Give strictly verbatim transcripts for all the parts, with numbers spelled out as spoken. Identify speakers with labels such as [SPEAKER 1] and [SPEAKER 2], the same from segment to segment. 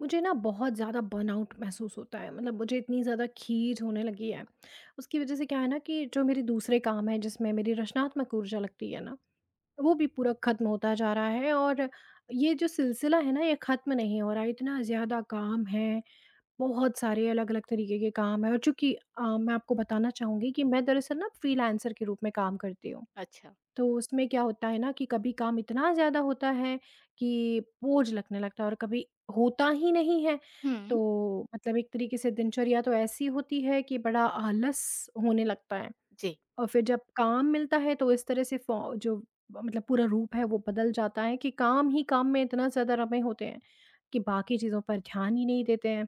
[SPEAKER 1] मुझे ना बहुत ज़्यादा बर्नआउट महसूस होता है, मतलब मुझे इतनी ज़्यादा खीज होने लगी है। उसकी वज़ह से क्या है ना कि जो मेरे दूसरे काम हैं जिसमें मेरी रचनात्मक ऊर्जा लगती है ना, वो भी पूरा ख़त्म होता जा रहा है। और ये जो सिलसिला है ना, ये ख़त्म नहीं हो रहा है। इतना ज़्यादा काम है, बहुत सारे अलग-अलग तरीके के काम हैं। और चूँकि अ, मैं आपको बताना चाहूँगी कि मैं दरअसल ना फ्रीलांसर के रूप में काम करती हूँ।
[SPEAKER 2] अच्छा।
[SPEAKER 1] तो उसमें क्या होता है ना कि कभी काम इतना ज़्यादा होता है कि बोझ लगने लगता है, और कभी होता ही नहीं है।
[SPEAKER 2] हुँ।
[SPEAKER 1] तो मतलब एक तरीके से दिनचर्या तो ऐसी होती है कि बड़ा आलस होने लगता है,
[SPEAKER 2] जी।
[SPEAKER 1] और फिर जब काम मिलता है तो इस तरह से फ़ॉ जो मतलब पूरा रूप है वो बदल जाता है कि काम ही काम में इतना ज़्यादा रमे होते हैं कि बाकी चीज़ों पर ध्यान ही नहीं देते हैं।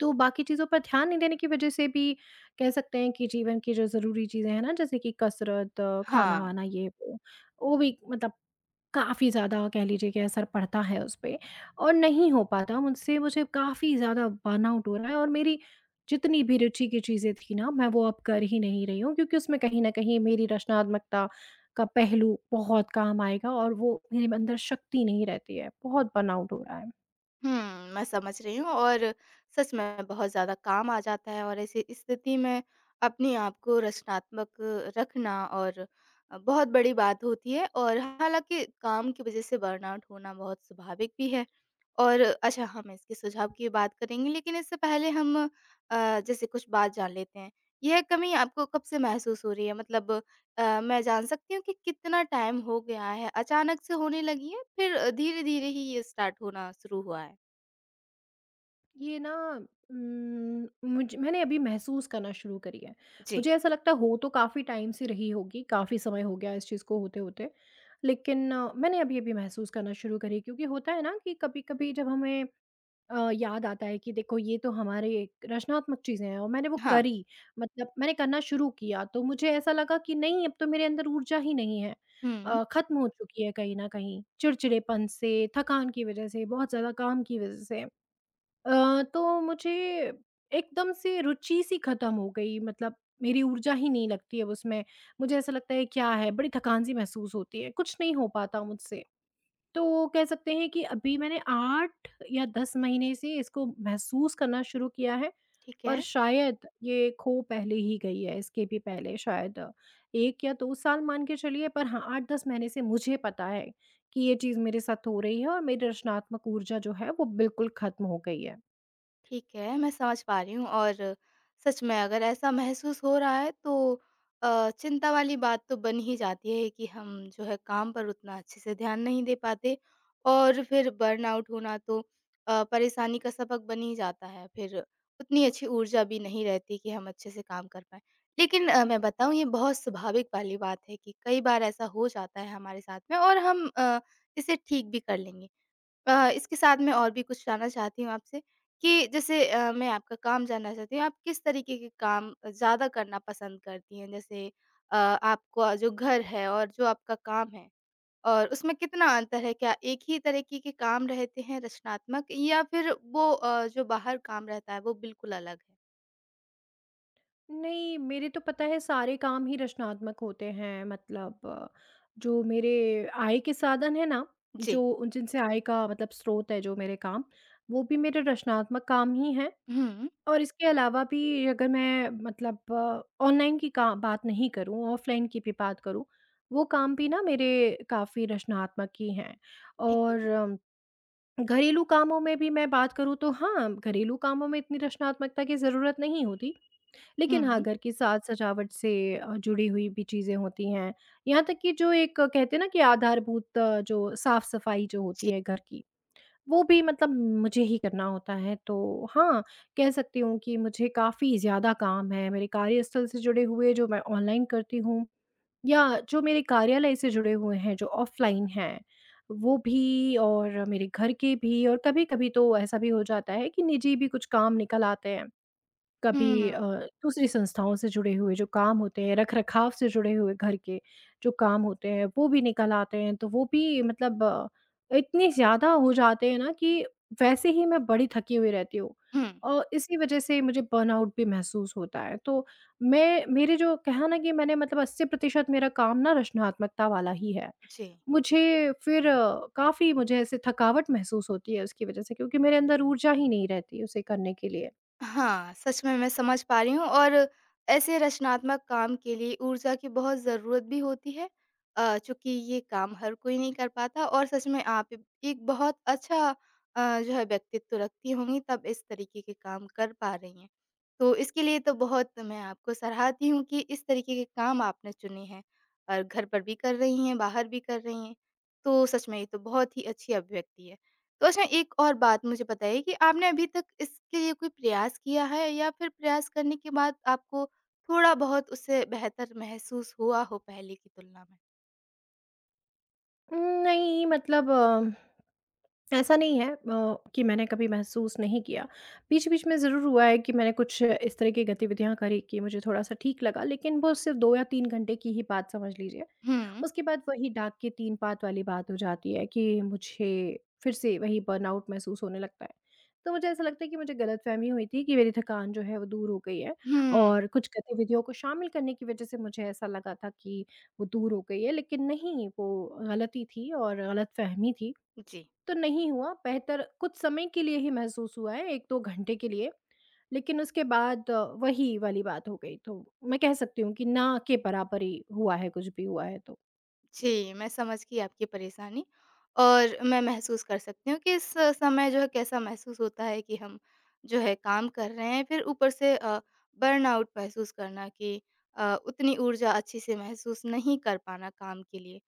[SPEAKER 1] तो बाकी चीज़ों पर ध्यान नहीं देने की वजह से भी कह सकते हैं कि जीवन की जो ज़रूरी चीज़ें हैं ना, जैसे कि कसरत,
[SPEAKER 2] हाँ।
[SPEAKER 1] खाना-वाना ये वो, वो भी मतलब काफ़ी ज़्यादा कह लीजिए कि असर पड़ता है उस पे, और नहीं हो पाता मुझसे। मुझे काफ़ी ज़्यादा बर्नआउट हो रहा है और मेरी जितनी भी रुचि की चीज़ें थी ना, मैं वो अब कर ही नहीं रही हूँ क्योंकि उसमें कहीं न कहीं मेरी रचनात्मकता का पहलू बहुत काम आएगा और वो मेरे अंदर शक्ति नहीं रहती है। बहुत बर्नआउट हो रहा है।
[SPEAKER 2] हुँ, मैं समझ रही हूँ और सच में बहुत ज़्यादा काम आ जाता है और ऐसी स्थिति में अपने आप को रचनात्मक रखना और अ, बहुत बड़ी बात होती है और हालाँकि काम की वज़ह से बर्नआउट होना बहुत स्वाभाविक भी है। और अच्छा हाँ, हम इसके सुझाव की बात करेंगे, लेकिन इससे पहले हम अ, जैसे कुछ बात जान लेते हैं। यह कमी आपको कब से महसूस हो रही है? मतलब अ, मैं जान सकती हूँ कि कितना टाइम हो गया है? अचानक से होने लगी है? फिर अ, धीरे-धीरे ही ये स्टार्ट होना शुरू हुआ है?
[SPEAKER 1] ये ना उम, मुझ मैंने अभी महसूस करना शुरू करी है।
[SPEAKER 2] जी।
[SPEAKER 1] मुझे ऐसा लगता हो तो काफ़ी टाइम से रही होगी, काफ़ी समय हो गया इस चीज़ को होते-होते। लेकिन अ, मैंने अभी-अभी महसूस करना शुरू करी क्योंकि होता है ना कि कभी-कभी जब हमें अ, याद आता है कि देखो ये तो हमारे एक रचनात्मक चीज़ें हैं, और मैंने वो
[SPEAKER 2] हाँ।
[SPEAKER 1] करी, मतलब मैंने करना शुरू किया तो मुझे ऐसा लगा कि नहीं, अब तो मेरे अंदर ऊर्जा ही नहीं है।
[SPEAKER 2] हुँ,
[SPEAKER 1] अ, ख़त्म हो चुकी है कहीं न कहीं, चिड़चिड़ेपन से, थकान की वज़ह से, बहुत ज़्यादा काम की वज़ह से। अ, तो मुझे एकदम से रुचि सी खत्म हो गई, मतलब मेरी ऊर्जा ही नहीं लगती अब उसमें। मुझे ऐसा लगता है, क्या है, बड़ी थकान-सी महसूस होती है, कुछ नहीं हो पाता मुझसे। तो कह सकते हैं कि अभी मैंने आठ या दस महीने से इसको महसूस करना शुरू किया है,
[SPEAKER 2] ठीक
[SPEAKER 1] पर
[SPEAKER 2] है।
[SPEAKER 1] शायद ये खो पहले ही गई है, इसके भी पहले शायद एक या दो साल मान के चलिए, पर हाँ आठ से दस महीने से मुझे पता है कि ये चीज़ मेरे साथ हो रही है और मेरी रचनात्मक ऊर्जा जो है वो बिल्कुल खत्म हो गई है।
[SPEAKER 2] ठीक है, मैं समझ पा रही हूँ और सच में अगर ऐसा महसूस हो रहा है तो अ, चिंता वाली बात तो बन ही जाती है कि हम जो है काम पर उतना अच्छे से ध्यान नहीं दे पाते और फिर बर्नआउट होना तो अ, परेशानी का सबक बन ही जाता है। फिर उतनी अच्छी ऊर्जा भी नहीं रहती कि हम अच्छे से काम कर पाएँ। लेकिन अ, मैं बताऊँ, ये बहुत स्वाभाविक वाली बात है कि कई बार ऐसा हो जाता है हमारे साथ में, और हम अ, इसे ठीक भी कर लेंगे। अ, इसके साथ मैं और भी कुछ जानना चाहती हूँ आपसे कि जैसे अ, मैं आपका काम जानना चाहती हूँ, आप किस तरीके के काम ज़्यादा करना पसंद करती हैं? जैसे अ, आपका जो घर है और जो आपका काम है, और उसमें कितना अंतर है? क्या एक ही तरीके के काम रहते हैं रचनात्मक, या फिर वो अ, जो बाहर काम रहता है वो बिल्कुल अलग है?
[SPEAKER 1] नहीं, मेरे तो पता है सारे काम ही रचनात्मक होते हैं, मतलब अ, जो मेरे आय के साधन है ना,
[SPEAKER 2] जी।
[SPEAKER 1] जो उन जिनसे आय का मतलब स्रोत है जो मेरे काम, वो भी मेरे रचनात्मक काम ही हैं।
[SPEAKER 2] हुँ,
[SPEAKER 1] और इसके अलावा भी अगर मैं मतलब ऑनलाइन की का बात नहीं करूँ, ऑफ़लाइन की भी बात करूँ, वो काम भी ना मेरे काफ़ी रचनात्मक ही हैं।
[SPEAKER 2] ठीक है।
[SPEAKER 1] और अम, घरेलू कामों में भी मैं बात करूँ तो हाँ, घरेलू कामों में इतनी रचनात्मकता की ज़रूरत नहीं होती। लेकिन हाँ,
[SPEAKER 2] हुँ,
[SPEAKER 1] घर की साज-सजावट से अ, जुड़ी हुई भी चीज़ें होती हैं। यहाँ तक कि जो एक अ, कहते हैं ना कि आधारभूत अ, जो साफ-सफाई जो
[SPEAKER 2] जी।
[SPEAKER 1] होती है घर की, वो भी मतलब मुझे ही करना होता है। तो हाँ, कह सकती हूँ कि मुझे काफ़ी ज़्यादा काम है। मेरे कार्यस्थल से जुड़े हुए जो मैं ऑनलाइन करती हूँ, या जो मेरे कार्यालय से जुड़े हुए हैं, जो ऑफ़लाइन हैं, वो भी, और मेरे घर के भी, और कभी-कभी तो ऐसा भी हो जाता है कि निजी भी कुछ काम निकल आते हैं।
[SPEAKER 2] हुँ,
[SPEAKER 1] कभी अ, दूसरी संस्थाओं से जुड़े हुए जो काम होते हैं, रख-रखाव से जुड़े हुए घर के जो काम होते हैं, वो भी निकल आते हैं। तो वो भी मतलब अ, इतने ज़्यादा हो जाते हैं ना कि वैसे ही मैं बड़ी थकी हुई रहती हूँ,
[SPEAKER 2] हुँ,
[SPEAKER 1] और इसी वजह से मुझे बर्नआउट भी महसूस होता है। तो मैं मेरे जो कहा ना कि मैंने मतलब अस्सी प्रतिशत मेरा काम ना रचनात्मकता वाला ही है।
[SPEAKER 2] जी।
[SPEAKER 1] मुझे फिर काफ़ी मुझे ऐसे थकावट महसूस होती है उसकी वजह से क्योंकि मेरे अंदर ऊर्जा ही नहीं रहती उसे करने के लिए।
[SPEAKER 2] हाँ, सच में मैं समझ पा रही हूँ, और ऐसे रचनात्मक काम के लिए ऊर्जा की बहुत ज़रूरत भी होती है। अ, चूँकि ये काम हर कोई नहीं कर पाता, और सच में आप एक एक बहुत अच्छा अ, जो है व्यक्तित्व रखती होंगी, तब इस तरीके के काम कर पा रही हैं। तो इसके लिए तो बहुत मैं आपको सराहती हूँ कि इस तरीके के काम आपने चुने हैं और घर पर भी कर रही हैं, बाहर भी कर रही हैं। तो सच में ये तो बहुत ही अच्छी अभिव्यक्ति है। तो अच्छा, एक और बात मुझे बताइए कि आपने अभी तक इसके लिए कोई प्रयास किया है, या फिर प्रयास करने के बाद आपको थोड़ा-बहुत उससे बेहतर महसूस हुआ हो पहले की तुलना में?
[SPEAKER 1] उम, नहीं, मतलब अ ऐसा नहीं है, अ, कि मैंने कभी महसूस नहीं किया। बीच-बीच में ज़रूर हुआ है कि मैंने कुछ इस तरह की गतिविधियाँ करी कि मुझे थोड़ा-सा ठीक लगा, लेकिन वो सिर्फ़ दो या तीन घंटे की ही बात समझ लीजिए।
[SPEAKER 2] हुँ।
[SPEAKER 1] उसके बाद वही डाक के तीन पात वाली बात हो जाती है कि मुझे फिर से वही बर्नआउट महसूस होने लगता है। तो मुझे ऐसा लगता है कि मुझे गलतफ़हमी हुई थी कि मेरी थकान जो है वो दूर हो गई है,
[SPEAKER 2] हुँ,
[SPEAKER 1] और कुछ गतिविधियों को शामिल करने की वज़ह से मुझे ऐसा लगा था कि वो दूर हो गई है, लेकिन नहीं, वो गलती थी और गलतफ़हमी थी।
[SPEAKER 2] जी।
[SPEAKER 1] तो नहीं हुआ, बेहतर कुछ समय के लिए ही महसूस हुआ है, एक-दो घंटे के लिए। लेकिन उसके बाद अ, वही वाली बात हो गई, तो मैं कह सकती हूँ कि ना के बराबर ही हुआ है, कुछ भी हुआ है तो।
[SPEAKER 2] जी, मैं समझ गई आपकी परेशानी, और मैं महसूस कर सकती हूँ कि इस समय जो है कैसा महसूस होता है कि हम जो है काम कर रहे हैं, फिर ऊपर से अ, बर्नआउट महसूस करना, कि अ, उतनी ऊर्जा अच्छे से महसूस नहीं कर पाना काम के लिए।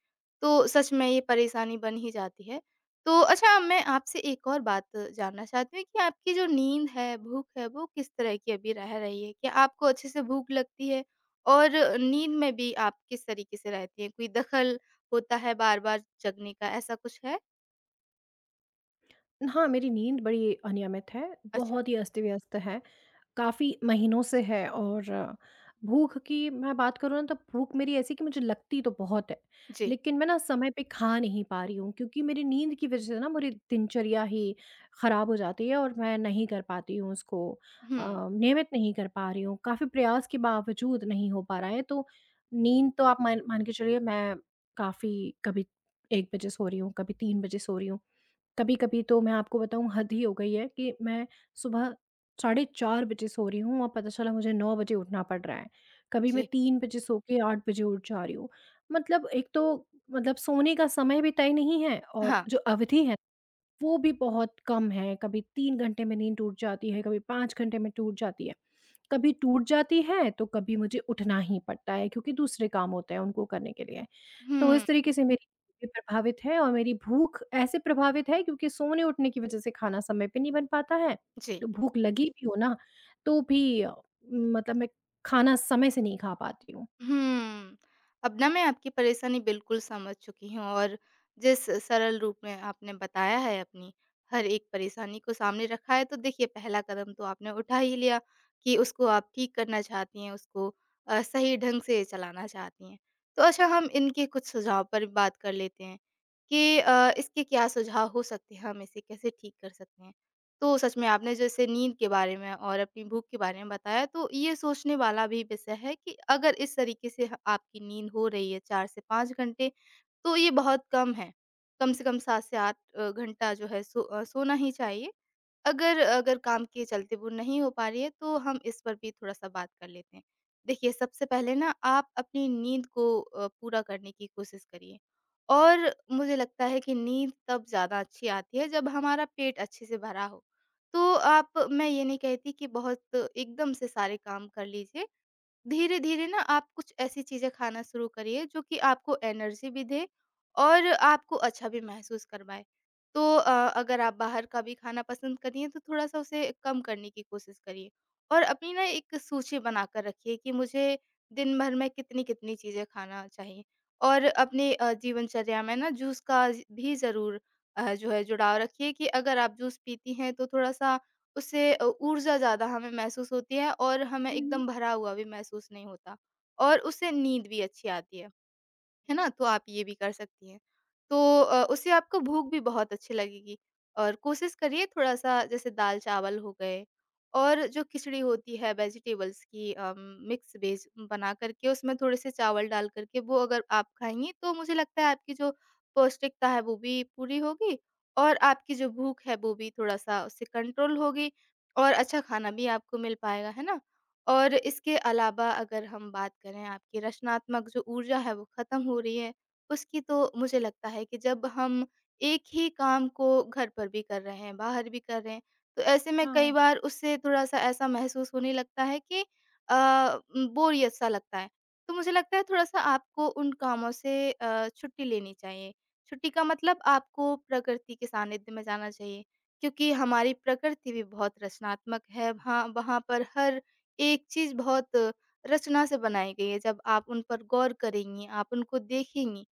[SPEAKER 2] तो सच में ये परेशानी बन ही जाती है। तो अच्छा, मैं आपसे एक और बात जानना चाहती हूँ कि आपकी जो नींद है, भूख है, वो किस तरह की अभी रह रही है? क्या आपको अच्छे से भूख लगती है? और नींद में भी आप किस तरीके से रहती हैं? कोई दखल होता है बार-बार जगने का, ऐसा कुछ है?
[SPEAKER 1] हाँ, मेरी नींद बड़ी अनियमित है,
[SPEAKER 2] अच्छा,
[SPEAKER 1] बहुत ही अस्त-व्यस्त है। काफ़ी महीनों से है। और अ, भूख की मैं बात करूँ ना, तो भूख मेरी ऐसी कि मुझे लगती तो बहुत है,
[SPEAKER 2] जी।
[SPEAKER 1] लेकिन मैं ना समय पे खा नहीं पा रही हूँ क्योंकि मेरी नींद की वज़ह से ना मेरी दिनचर्या ही ख़राब हो जाती है, और मैं नहीं कर पाती हूँ उसको
[SPEAKER 2] हुँ।
[SPEAKER 1] अ, नियमित नहीं कर पा रही हूँ। काफ़ी प्रयास के बावजूद नहीं हो पा रहा है, तो नींद तो आप मान मान के चलिए, मैं काफ़ी कभी एक बजे सो रही हूँ, कभी तीन बजे सो रही हूँ। कभी-कभी तो मैं आपको बताऊँ, हद ही हो गई है कि मैं सुबह साढ़े चार बजे सो रही हूँ और पता चला मुझे नौ बजे उठना पड़ रहा है। कभी मैं
[SPEAKER 2] जी।
[SPEAKER 1] तीन बजे सो के आठ बजे उठ जा रही हूँ। मतलब एक तो मतलब सोने का समय भी तय नहीं है, और
[SPEAKER 2] हाँ।
[SPEAKER 1] जो अवधि है वो भी बहुत कम है। कभी तीन घंटे में नींद टूट जाती है, कभी पाँच घंटे में टूट जाती है। कभी टूट जाती है, तो कभी मुझे उठना ही पड़ता है क्योंकि दूसरे काम होते हैं उनको करने के लिए। तो
[SPEAKER 2] हुँ,
[SPEAKER 1] इस तरीके से मेरी भूख भी प्रभावित है, और मेरी भूख ऐसे प्रभावित है क्योंकि सोने-उठने की वज़ह से खाना समय पे नहीं बन पाता है,
[SPEAKER 2] जी।
[SPEAKER 1] तो भूख लगी भी हो ना, तो भी अ, मतलब मैं खाना समय से नहीं खा पाती हूँ।
[SPEAKER 2] हुँ। अब ना मैं आपकी परेशानी बिल्कुल समझ चुकी हूँ, और जिस सरल रूप में आपने बताया है, अपनी हर एक परेशानी को सामने रखा है, तो देखिए, पहला कदम तो आपने उठा ही लिया कि उसको आप ठीक करना चाहती हैं, उसको अ, सही ढंग से चलाना चाहती हैं। तो अच्छा, हम इनके कुछ सुझाव पर बात कर लेते हैं कि अ, इसके क्या सुझाव हो सकते हैं, हम इसे कैसे ठीक कर सकते हैं? तो सच में आपने जैसे नींद के बारे में और अपनी भूख के बारे में बताया, तो ये सोचने वाला भी विषय है कि अगर इस तरीके से ह आपकी नींद हो रही है चार से पाँच घंटे, तो ये बहुत कम है। कम से कम सात से आठ अ, घंटा जो है सो अ, सोना ही चाहिए। अगर अगर काम के चलते वो नहीं हो पा रही है, तो हम इस पर भी थोड़ा-सा बात कर लेते हैं। देखिए, सबसे पहले ना आप अपनी नींद को अ, पूरा करने की कोशिश करिए, और मुझे लगता है कि नींद तब ज़्यादा अच्छी आती है, जब हमारा पेट अच्छे से भरा हो। तो आप मैं ये नहीं कहती कि बहुत एकदम से सारे काम कर लीजिए। धीरे-धीरे ना आप कुछ ऐसी चीज़ें खाना शुरू करिए जो कि आपको एनर्जी भी दे और आपको अच्छा भी महसूस करवाए। तो अ, अगर आप बाहर का भी खाना पसंद करिए, तो थोड़ा-सा उसे कम करने की कोशिश करिए। और अपनी ना एक सूची बनाकर रखिए कि मुझे दिन भर में कितनी-कितनी चीज़ें खाना चाहिए। और अपने अ, जीवनचर्या में ना जूस का ज़ भी ज़रूर अ, जो है जुड़ाव रखिए, कि अगर आप जूस पीती हैं, तो थोड़ा-सा उससे अ, ऊर्जा ज़्यादा हमें महसूस होती है, और हमें
[SPEAKER 1] हुँ, हुँ।
[SPEAKER 2] एकदम भरा हुआ भी महसूस नहीं होता, और उससे नींद भी अच्छी आती है। है ना? तो आप ये भी कर सकती हैं। तो अ, उससे आपको भूख भी बहुत अच्छी लगेगी, और कोशिश करिए थोड़ा-सा, जैसे दाल-चावल हो गए, और जो खिचड़ी होती है वेजिटेबल्स की, अम, मिक्स वेज बना कर के, उसमें थोड़े-से चावल डाल कर के वो अगर आप खाएँगी, तो मुझे लगता है आपकी जो पौष्टिकता है वो भी पूरी होगी, और आपकी जो भूख है वो भी थोड़ा-सा उससे कंट्रोल होगी, और अच्छा खाना भी आपको मिल पाएगा, है ना? और इसके अलावा, अगर हम बात करें आपकी रचनात्मक जो ऊर्जा है वो ख़त्म हो रही है, उसकी, तो मुझे लगता है कि जब हम एक ही काम को घर पर भी कर रहे हैं, बाहर भी कर रहे हैं, तो ऐसे में कई
[SPEAKER 1] हाँ।
[SPEAKER 2] बार उससे थोड़ा-सा ऐसा महसूस होने लगता है कि अ, म, बोरियत सा लगता है। तो मुझे लगता है थोड़ा-सा आपको उन कामों से अ, छुट्टी लेनी चाहिए। छुट्टी का मतलब आपको प्रकृति के सानिध्य में जाना चाहिए, क्योंकि हमारी प्रकृति भी बहुत रचनात्मक है। वहाँ वहाँ पर हर एक चीज़ बहुत रचना से बनाई गई है। जब आप उन पर गौर करेंगी, आप उनको देखेंगी,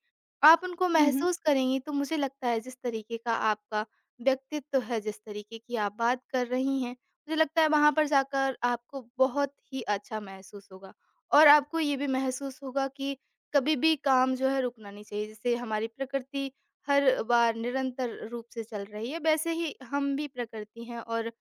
[SPEAKER 2] आप उनको
[SPEAKER 1] हुँ, हुँ।
[SPEAKER 2] महसूस करेंगी, तो मुझे लगता है जिस तरीके का आपका व्यक्तित्व है, जिस तरीके की आप बात कर रही हैं, मुझे लगता है वहाँ पर जाकर आपको बहुत ही अच्छा महसूस होगा। और आपको ये भी महसूस होगा कि कभी भी काम जो है रुकना नहीं चाहिए। जैसे हमारी प्रकृति हर बार निरंतर रूप से चल रही है, वैसे ही हम भी प्रकृति हैं, और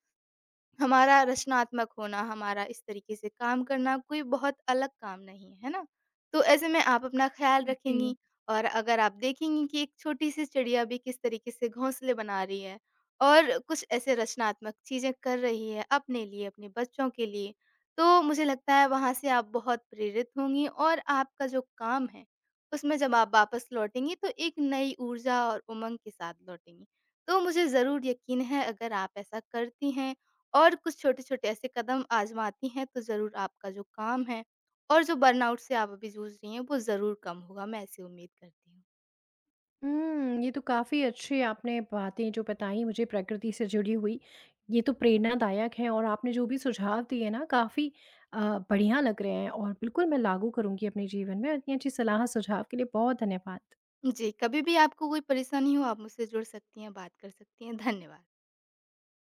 [SPEAKER 2] हमारा रचनात्मक होना, हमारा इस तरीके से काम करना कोई बहुत अलग काम नहीं है, है ना? तो ऐसे में आप अपना ख़्याल रखेंगी,
[SPEAKER 1] जी।
[SPEAKER 2] और अगर आप देखेंगी कि एक छोटी-सी चिड़िया भी किस तरीके से घोंसले बना रही है और कुछ ऐसे रचनात्मक चीज़ें कर रही है अपने लिए, अपने बच्चों के लिए, तो मुझे लगता है वहाँ से आप बहुत प्रेरित होंगी, और आपका जो काम है, उसमें जब आप वापस लौटेंगी तो एक नई ऊर्जा और उमंग के साथ लौटेंगी। तो मुझे ज़रूर यकीन है, अगर आप ऐसा करती हैं और कुछ छोटे-छोटे ऐसे कदम आज़माती हैं, तो ज़रूर आपका जो काम है और जो बर्नआउट से आप अभी जूझ रही हैं वो ज़रूर कम होगा, मैं ऐसी उम्मीद करती हूँ।
[SPEAKER 1] हुँ, ये तो काफ़ी अच्छी आपने बातें जो बताई मुझे प्रकृति से जुड़ी हुई, ये तो प्रेरणादायक है, और आपने जो भी सुझाव दिए ना काफ़ी अ, बढ़िया लग रहे हैं, और बिल्कुल मैं लागू करूँगी अपने जीवन में। इतनी अच्छी सलाह सुझाव के लिए बहुत धन्यवाद।
[SPEAKER 2] जी, कभी भी आपको कोई परेशानी हो, आप मुझसे जुड़ सकती हैं, बात कर सकती हैं। धन्यवाद।